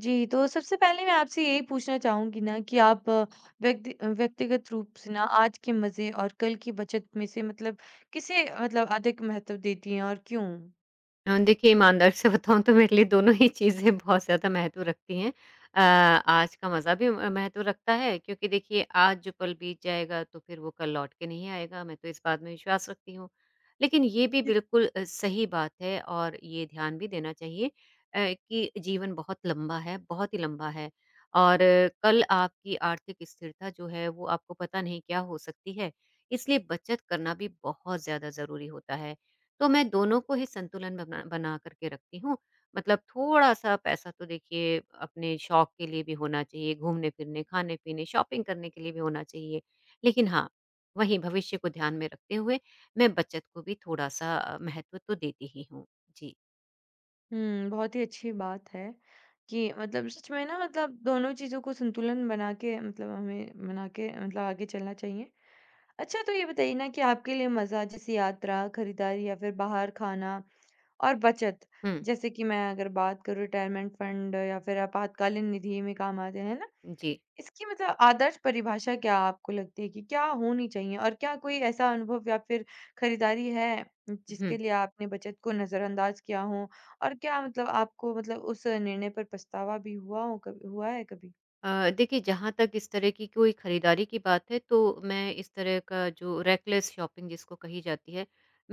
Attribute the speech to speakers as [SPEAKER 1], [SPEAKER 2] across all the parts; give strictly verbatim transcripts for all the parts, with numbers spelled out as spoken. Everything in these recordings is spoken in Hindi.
[SPEAKER 1] जी, तो सबसे पहले मैं आपसे यही पूछना चाहूँगी ना कि आप अ, व्यक्ति अ, व्यक्तिगत रूप से ना आज के मज़े और कल की बचत में से मतलब किसे मतलब अधिक महत्व देती हैं और क्यों?
[SPEAKER 2] अ, देखिए ईमानदारी से बताऊँ तो मेरे लिए दोनों ही चीज़ें बहुत ज़्यादा महत्व रखती हैं। अ, आज का मज़ा भी अ, महत्व रखता है क्योंकि देखिए आज जो पल बीत जाएगा तो फिर वो कल लौट के नहीं आएगा, मैं तो इस बात में विश्वास रखती हूँ। लेकिन ये भी
[SPEAKER 1] जी।
[SPEAKER 2] बिल्कुल अ, सही बात है और ये ध्यान भी देना चाहिए अ, कि जीवन बहुत लंबा है, बहुत ही लंबा है और अ, कल आपकी आर्थिक स्थिरता जो है वो आपको पता नहीं क्या हो सकती है, इसलिए बचत करना भी बहुत ज़्यादा ज़रूरी होता है। तो मैं दोनों को ही संतुलन बना बना कर के रखती हूँ। मतलब थोड़ा-सा पैसा तो देखिए अपने शौक के लिए भी होना चाहिए, घूमने-फिरने, खाने-पीने, शॉपिंग करने के लिए भी होना चाहिए। लेकिन हाँ, वहीं भविष्य को ध्यान में रखते हुए मैं बचत को भी थोड़ा-सा अ, महत्व तो देती ही हूँ। जी।
[SPEAKER 1] हुँ, बहुत ही अच्छी बात है कि मतलब सच में ना मतलब दोनों चीज़ों को संतुलन बना के मतलब हमें बना के मतलब आगे चलना चाहिए। अच्छा, तो ये बताइए ना कि आपके लिए मज़ा जैसे यात्रा, खरीदारी या फिर बाहर खाना, और बचत
[SPEAKER 2] हुँ।
[SPEAKER 1] जैसे कि मैं अगर बात करूँ रिटायरमेंट फंड या फिर आपातकालीन निधि में काम आते हैं ना,
[SPEAKER 2] जी।
[SPEAKER 1] इसकी मतलब आदर्श परिभाषा क्या आपको लगती है कि क्या होनी चाहिए? और क्या कोई ऐसा अनुभव या फिर खरीदारी है
[SPEAKER 2] हुँ।
[SPEAKER 1] जिसके लिए आपने बचत को नजरअंदाज किया हो, और क्या मतलब आपको मतलब उस निर्णय पर पछतावा भी हुआ हो, कभी हुआ है कभी?
[SPEAKER 2] अ, देखिए जहाँ तक इस तरह की कोई ख़रीदारी की बात है तो मैं इस तरह का जो रेकलेस शॉपिंग जिसको कही जाती है,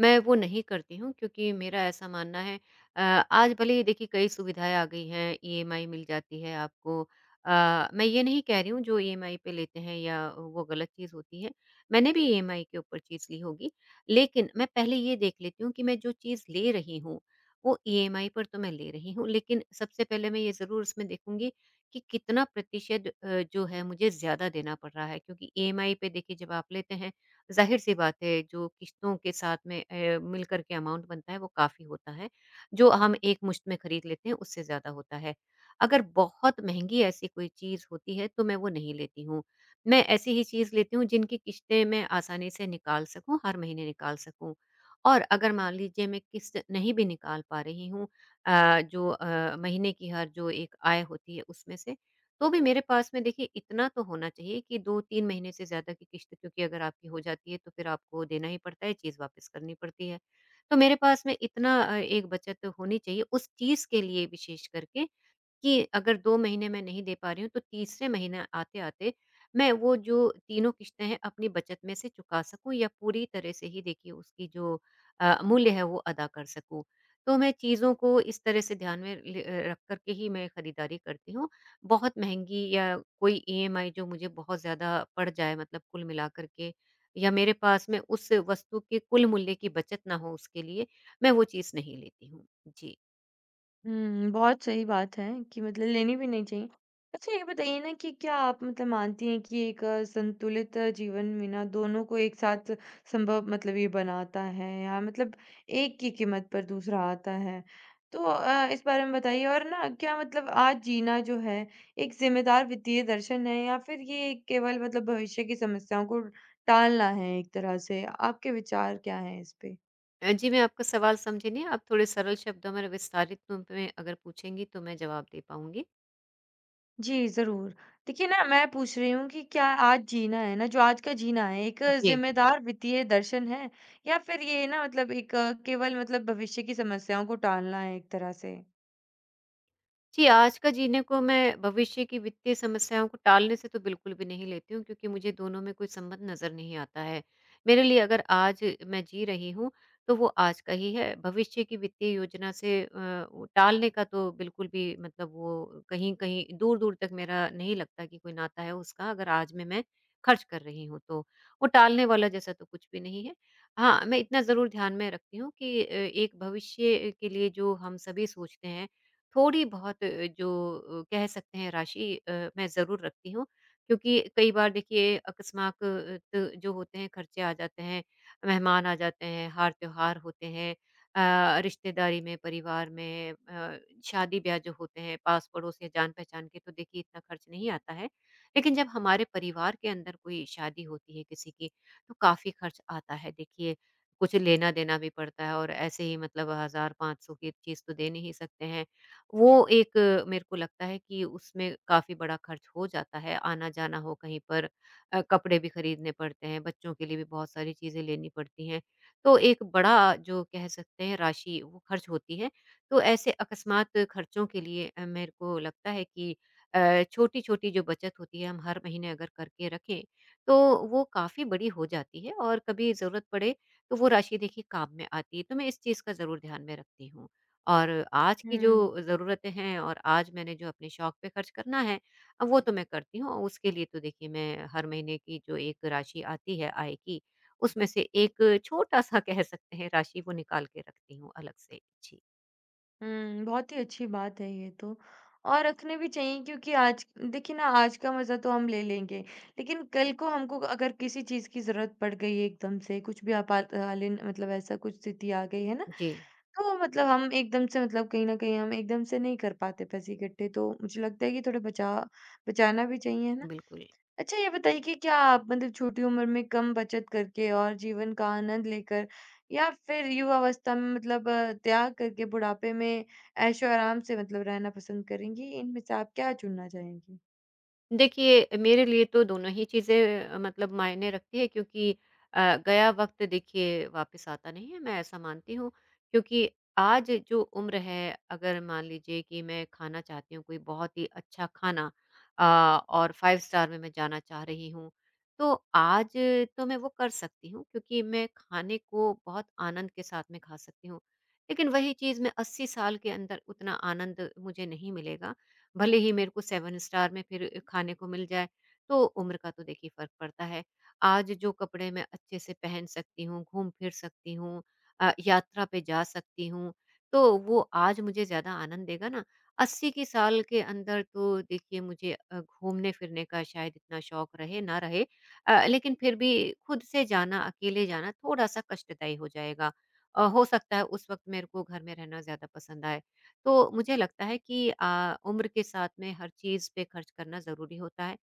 [SPEAKER 2] मैं वो नहीं करती हूँ क्योंकि मेरा ऐसा मानना है। अ, आज भले ही देखिए कई सुविधाएँ आ गई हैं, ई एम आई मिल जाती है आपको। अ, मैं ये नहीं कह रही हूँ जो ई एम आई पे लेते हैं या वो गलत चीज़ होती है, मैंने भी ई एम आई के ऊपर चीज़ ली होगी। लेकिन मैं पहले ये देख लेती हूँ कि मैं जो चीज़ ले रही हूँ, वो ई एम आई पर तो मैं ले रही हूँ लेकिन सबसे पहले मैं ये ज़रूर उसमें देखूँगी कि कितना प्रतिशत अ, जो है मुझे ज़्यादा देना पड़ रहा है क्योंकि ई एम आई पे देखिए जब आप लेते हैं ज़ाहिर-सी बात है जो किस्तों के साथ में अ, मिलकर के अमाउंट बनता है वो काफ़ी होता है, जो हम एकमुश्त में खरीद लेते हैं उससे ज़्यादा होता है। अगर बहुत महँगी ऐसी कोई चीज़ होती है तो मैं वो नहीं लेती हूँ। मैं ऐसी ही चीज़ लेती हूँ जिनकी किस्तें मैं आसानी से निकाल सकूँ, हर महीने निकाल सकूँ। और अगर मान लीजिए मैं किस्त नहीं भी निकाल पा रही हूँ अ, जो अ, महीने की हर जो एक आय होती है उसमें से, तो भी मेरे पास में देखिए इतना तो होना चाहिए कि दो तीन महीने से ज़्यादा की किश्त क्योंकि अगर आपकी हो जाती है तो फिर आपको देना ही पड़ता है, चीज़ वापस करनी पड़ती है। तो मेरे पास में इतना अ, एक बचत होनी चाहिए उस चीज़ के लिए विशेष करके कि अगर दो महीने मैं नहीं दे पा रही हूँ, तो तीसरे महीने आते-आते मैं वो जो तीनों किश्तें हैं, अपनी बचत में से चुका सकूँ या पूरी तरह से ही देखिए उसकी जो अ, मूल्य है वो अदा कर सकूँ। तो मैं चीज़ों को इस तरह से ध्यान में ल अ, रख कर के ही मैं खरीदारी करती हूँ। बहुत महँगी या कोई ई एम आई जो मुझे बहुत ज़्यादा पड़ जाए मतलब कुल मिलाकर के या मेरे पास में उस वस्तु के कुल मूल्य की बचत ना हो उसके लिए, मैं वो चीज़ नहीं लेती हूँ। जी।
[SPEAKER 1] हुँ, बहुत सही बात है कि मतलब लेनी भी नहीं चाहिए। अच्छा, ये बताइए ना कि क्या आप मतलब मानती हैं कि एक अ, संतुलित अ, जीवन में ना दोनों को एक साथ संभव मतलब ये बनाता है, या मतलब एक की कीमत पर दूसरा आता है? तो अ, इस बारे में बताइए, और ना क्या मतलब आज जीना जो है एक ज़िम्मेदार वित्तीय दर्शन है, या फिर ये केवल मतलब भविष्य की समस्याओं को टालना है एक तरह से? आपके विचार क्या हैं इस पे?
[SPEAKER 2] अ, जी, मैं आपका सवाल समझी नहीं, आप थोड़े सरल शब्दों में और विस्तारित रूप में अगर पूछेंगी, तो मैं जवाब दे पाऊँगी।
[SPEAKER 1] जी, ज़रूर। देखिए ना, मैं पूछ रही हूँ कि क्या आज जीना है ना, जो आज का जीना है, एक
[SPEAKER 2] जी।
[SPEAKER 1] ज़िम्मेदार वित्तीय दर्शन है? या फिर ये ना मतलब एक अ, केवल मतलब भविष्य की समस्याओं को टालना है एक तरह से?
[SPEAKER 2] जी, आज का जीने को मैं भविष्य की वित्तीय समस्याओं को टालने से तो बिल्कुल भी नहीं लेती हूँ क्योंकि मुझे दोनों में कोई संबंध नज़र नहीं आता है। मेरे लिए अगर आज मैं जी रही हूँ, तो वो आज का ही है। भविष्य की वित्तीय योजना से अ, उ टालने का तो बिल्कुल भी मतलब वो कहीं-कहीं, दूर-दूर तक मेरा नहीं लगता कि कोई नाता है उसका अगर आज में मैं खर्च कर रही हूँ तो। वो टालने वाला जैसा तो कुछ भी नहीं है। हाँ, मैं इतना ज़रूर ध्यान में रखती हूँ कि अ, एक भविष्य के लिए जो हम सभी सोचते हैं थोड़ी बहुत अ, जो अ, कह सकते हैं राशि अ, मैं ज़रूर रखती हूँ क्योंकि कई बार देखिए अकस्मात अ, त- जो होते हैं खर्चे आ जाते हैं, मेहमान आ जाते हैं, हार त्योहार होते हैं, अ, रिश्तेदारी में, परिवार में अ, शादी-ब्याह जो होते हैं पास-पड़ोस या जान-पहचान के तो देखिए इतना खर्च नहीं आता है। लेकिन जब हमारे परिवार के अंदर कोई शादी होती है किसी की, तो काफ़ी खर्च आता है देखिए। कुछ लेना-देना भी पड़ता है और ऐसे ही मतलब हज़ार पाँच सौ की चीज़ तो दे नहीं सकते हैं। वो एक अ, मेरे को लगता है कि उसमें काफ़ी बड़ा खर्च हो जाता है, आना-जाना हो कहीं पर अ, कपड़े भी खरीदने पड़ते हैं, बच्चों के लिए भी बहुत सारी चीज़ें लेनी पड़ती हैं। तो एक बड़ा जो कह सकते हैं राशि वो खर्च होती है। तो ऐसे अकस्मात खर्चों के लिए अ, मेरे को लगता है कि अ, छोटी-छोटी जो बचत होती है हम हर महीने अगर करके रखें, तो वो काफ़ी बड़ी हो जाती है और कभी ज़रूरत पड़े तो वो राशि देखिए काम में आती है। तो मैं इस चीज़ का ज़रूर ध्यान में रखती हूँ। और आज की जो
[SPEAKER 1] हुँ।
[SPEAKER 2] ज़रूरतें हैं और आज मैंने जो अपने शौक पे खर्च करना है अ, वो तो मैं करती हूँ। उसके लिए तो देखिए मैं हर महीने की जो एक राशि आती है आय की, उसमें से एक छोटा-सा कह सकते हैं राशि वो निकाल के रखती हूँ अलग से। जी।
[SPEAKER 1] हुँ, बहुत ही अच्छी बात है ये तो। और रखने भी चाहिए, क्योंकि आज देखिए ना, आज का मज़ा तो हम ले लेंगे, लेकिन कल को हमको अगर किसी चीज़ की ज़रूरत पड़ गई है एकदम से, कुछ भी आपातकालीन मतलब ऐसा कुछ स्थिति आ गई है ना,
[SPEAKER 2] जी,
[SPEAKER 1] तो मतलब हम एकदम से मतलब कहीं न कहीं हम एकदम से नहीं कर पाते पैसे इकट्ठे, तो मुझे लगता है कि थोड़े बचा बचाना भी चाहिए, है ना?
[SPEAKER 2] बिल्कुल।
[SPEAKER 1] अच्छा, ये बताइए कि क्या आप मतलब छोटी उम्र में कम बचत करके और जीवन का आनंद लेकर, या फिर युवावस्था में मतलब अ, त्याग करके बुढ़ापे में ऐशो आराम से मतलब रहना पसंद करेंगी? इनमें से आप क्या चुनना चाहेंगी?
[SPEAKER 2] देखिए, मेरे लिए तो दोनों ही चीज़ें अ, मतलब मायने रखती है क्योंकि अ, गया वक़्त देखिए वापस आता नहीं है, मैं ऐसा मानती हूँ। क्योंकि आज जो उम्र है, अगर मान लीजिए कि मैं खाना चाहती हूँ कोई बहुत ही अच्छा खाना अ, और पाँच स्टार में मैं जाना चाह रही हूँ, तो आज तो मैं वो कर सकती हूँ क्योंकि मैं खाने को बहुत आनंद के साथ में खा सकती हूँ। लेकिन वही चीज़ मैं अस्सी साल के अंदर उतना आनंद मुझे नहीं मिलेगा। भले ही मेरे को सात स्टार में फिर खाने को मिल जाए, तो उम्र का तो देखिए फ़र्क पड़ता है। आज जो कपड़े मैं अच्छे से पहन सकती हूँ, घूम-फिर सकती हूँ अ, यात्रा पे जा सकती हूँ, तो वो आज मुझे ज़्यादा आनंद देगा ना। अस्सी के साल के अंदर तो देखिए मुझे अ, घूमने-फिरने का शायद इतना शौक रहे ना रहे अ, लेकिन फिर भी खुद से जाना, अकेले जाना थोड़ा-सा कष्टदायी हो जाएगा। अ, हो सकता है उस वक़्त मेरे को घर में रहना ज़्यादा पसंद आए। तो मुझे लगता है कि अ, उम्र के साथ में हर चीज़ पे खर्च करना ज़रूरी होता है,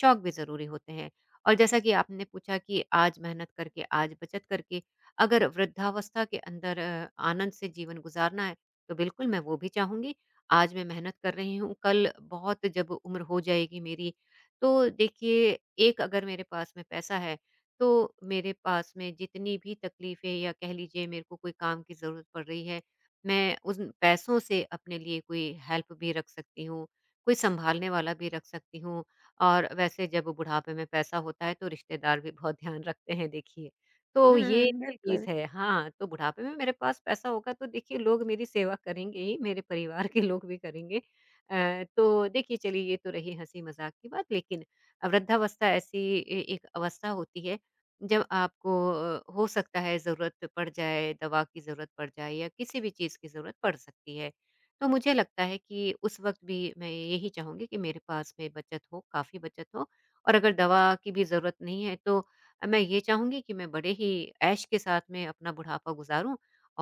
[SPEAKER 2] शौक भी ज़रूरी होते हैं। और जैसा कि आपने पूछा कि आज मेहनत करके, आज बचत करके अगर वृद्धावस्था के अंदर अ, आनंद से जीवन गुज़ारना है, तो बिल्कुल मैं वो भी चाहूँगी। आज मैं मेहनत कर रही हूँ, कल बहुत जब उम्र हो जाएगी मेरी, तो देखिए एक अगर मेरे पास में पैसा है, तो मेरे पास में जितनी भी तकलीफ़ें या कह लीजिए मेरे को कोई काम की ज़रूरत पड़ रही है मैं उन पैसों से अपने लिए कोई हेल्प भी रख सकती हूँ, कोई सँभालने वाला भी रख सकती हूँ और वैसे जब बुढ़ापे में पैसा होता है तो रिश्तेदार भी बहुत ध्यान रखते हैं देखिए। तो
[SPEAKER 1] हुँ,
[SPEAKER 2] ये
[SPEAKER 1] हुँ, बिल्कुल।
[SPEAKER 2] चीज़ है हाँ, तो बुढ़ापे में मेरे पास पैसा होगा तो देखिए लोग मेरी सेवा करेंगे ही, मेरे परिवार के लोग भी करेंगे। अ, तो देखिए चलिए ये तो रही हँसी-मज़ाक की बात लेकिन वृद्धावस्था ऐसी ए एक अवस्था होती है जब आपको अ, हो सकता है ज़रूरत पड़ जाए, दवा की ज़रूरत पड़ जाए या किसी भी चीज़ की ज़रूरत पड़ सकती है। तो मुझे लगता है कि उस वक़्त भी मैं यही चाहूँगी कि मेरे पास में बचत हो, काफ़ी बचत हो और अगर दवा की भी ज़रूरत नहीं है तो अ, मैं ये चाहूँगी कि मैं बड़े ही ऐश के साथ में अपना बुढ़ापा गुज़ारूँ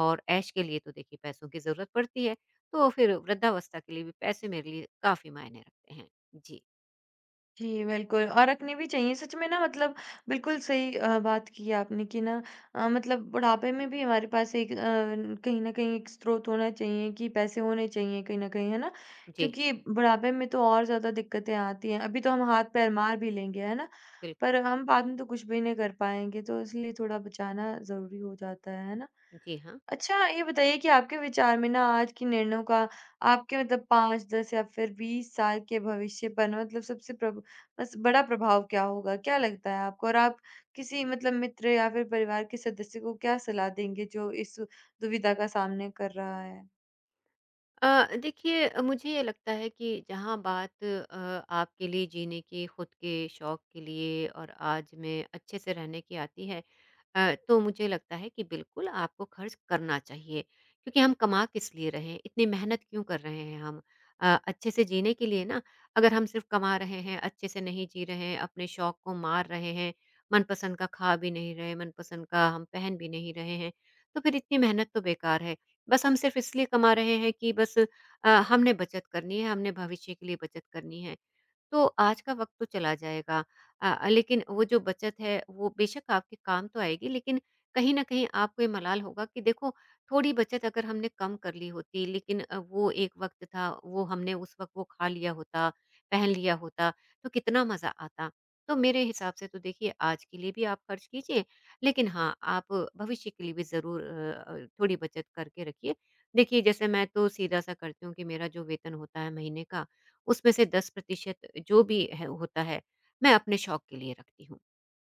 [SPEAKER 2] और ऐश के लिए तो देखिए पैसों की ज़रूरत पड़ती है, तो फिर वृद्धावस्था के लिए भी पैसे मेरे लिए काफ़ी मायने रखते हैं। जी।
[SPEAKER 1] जी, बिल्कुल, और रखनी भी चाहिए। सच में ना मतलब बिल्कुल सही अ, बात की आपने कि ना, अ, मतलब बुढ़ापे में भी हमारे पास एक अ, कहीं न कहीं एक स्रोत होना चाहिए, कि पैसे होने चाहिए कहीं न कहीं, है ना?
[SPEAKER 2] जी,
[SPEAKER 1] क्योंकि बुढ़ापे में तो और ज़्यादा दिक्कतें आती हैं। अभी तो हम हाथ-पैर मार भी लेंगे, है ना? पर
[SPEAKER 2] बिल्कुल।
[SPEAKER 1] हम बाद में तो कुछ भी नहीं कर पाएँगे, तो इसलिए थोड़ा बचाना ज़रूरी हो जाता है, है ना?
[SPEAKER 2] जी, हाँ।
[SPEAKER 1] अच्छा, ये बताइए कि आपके विचार में ना, आज के निर्णयों का आपके मतलब पाँच, दस या फिर बीस साल के भविष्य पर ना मतलब सबसे प्रभ बस बड़ा प्रभाव क्या होगा? क्या लगता है आपको? और आप किसी मतलब मित्र या फिर परिवार के सदस्य को क्या सलाह देंगे जो इस दुविधा का सामना कर रहा है?
[SPEAKER 2] अ, देखिए अ, मुझे ये लगता है कि जहाँ बात अ, आपके लिए जीने की, खुद के शौक के लिए और आज में अच्छे से रहने की आती है, अ, तो मुझे लगता है कि बिल्कुल आपको खर्च करना चाहिए क्योंकि हम कमा किस लिए रहे हैं इतनी मेहनत क्यों कर रहे हैं हम अ, अच्छे से जीने के लिए ना अगर हम सिर्फ कमा रहे हैं अच्छे से नहीं जी रहे हैं अपने शौक को मार रहे हैं मनपसंद का खा भी नहीं रहे मनपसंद का हम पहन भी नहीं रहे हैं तो फिर इतनी मेहनत तो बेकार है बस हम सिर्फ इसलिए कमा रहे हैं कि बस अ, हमने बचत करनी है हमने भविष्य के लिए बचत करनी है तो आज का वक़्त तो चला जाएगा। अ अ, लेकिन वो जो बचत है वो बेशक आपके काम तो आएगी लेकिन कहीं न कहीं आपको ये मलाल होगा कि देखो थोड़ी बचत अगर हमने कम कर ली होती लेकिन अ, वो एक वक़्त था, वो हमने उस वक़्त वो खा लिया होता, पहन लिया होता तो कितना मज़ा आता। तो मेरे हिसाब से तो देखिए आज के लिए भी आप खर्च कीजिए लेकिन हाँ, आप भविष्य के लिए भी ज़रूर अ अ, थोड़ी बचत करके रखिए। देखिए जैसे मैं तो सीधा-सा करती हूँ कि मेरा जो वेतन होता है महीने का उसमें से दस प्रतिशत जो भी है होता है, मैं अपने शौक के लिए रखती हूँ,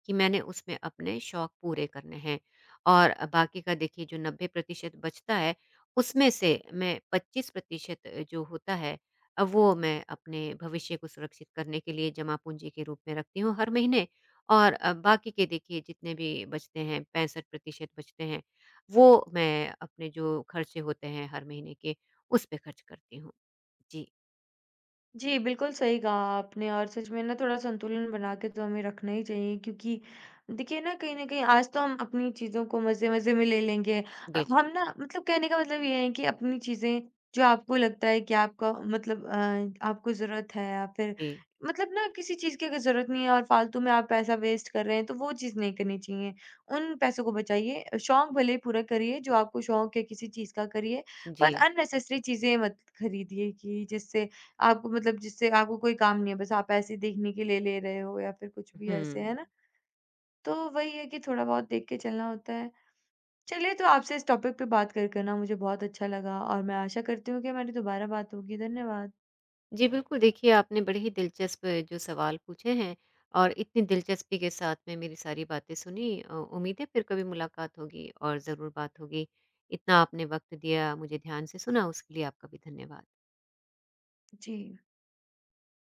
[SPEAKER 2] कि मैंने उसमें अपने शौक पूरे करने हैं और बाकी का देखिए जो नब्बे प्रतिशत बचता है, उसमें से मैं पच्चीस प्रतिशत जो होता है अ, वो मैं अपने भविष्य को सुरक्षित करने के लिए जमा पूँजी के रूप में रखती हूँ हर महीने और अ, बाकी के देखिए जितने भी बचते हैं पैंसठ प्रतिशत बचते हैं, वो मैं अपने जो खर्चे होते हैं हर महीने के, उस पे खर्च करती हूँ। जी,
[SPEAKER 1] जी, बिल्कुल सही कहा आपने, और सच में ना थोड़ा संतुलन बना के तो हमें रखना ही चाहिए, क्योंकि देखिए ना, कहीं न कहीं आज तो हम अपनी चीज़ों को मज़े-मज़े में ले लेंगे। अ,
[SPEAKER 2] बिल्कुल।
[SPEAKER 1] हम ना मतलब कहने का मतलब ये है कि अपनी चीज़ें जो आपको लगता है कि आपका मतलब अ, आपको ज़रूरत है, या फिर
[SPEAKER 2] जी।
[SPEAKER 1] मतलब ना किसी चीज़ की अगर ज़रूरत नहीं है और फ़ालतू में आप पैसा वेस्ट कर रहे हैं, तो वो चीज़ नहीं करनी चाहिए। उन पैसों को बचाइए, शौक भले ही पूरा करिए, जो आपको शौक है किसी चीज़ का करिए,
[SPEAKER 2] जी।
[SPEAKER 1] पर अननेसेसरी चीज़ें मत खरीदिए कि जिससे आपको मतलब जिससे आपको कोई काम नहीं है, बस आप ऐसे ही देखने के लिए ले रहे हो या फिर कुछ भी ऐसे, है
[SPEAKER 2] हुँ।
[SPEAKER 1] ना? तो वही है कि थोड़ा बहुत देख के चलना होता है। चलिए, तो आपसे इस टॉपिक पे बात कर कर ना मुझे बहुत अच्छा लगा, और मैं आशा करती हूँ कि हमारी दोबारा बात होगी। धन्यवाद।
[SPEAKER 2] जी, बिल्कुल देखिए आपने बड़े ही दिलचस्प जो सवाल पूछे हैं और इतनी दिलचस्पी के साथ में मेरी सारी बातें सुनी अ, उम्मीद है फिर कभी मुलाकात होगी और ज़रूर बात होगी। इतना आपने वक़्त दिया, मुझे ध्यान से सुना उसके लिए आपका भी धन्यवाद।
[SPEAKER 1] जी।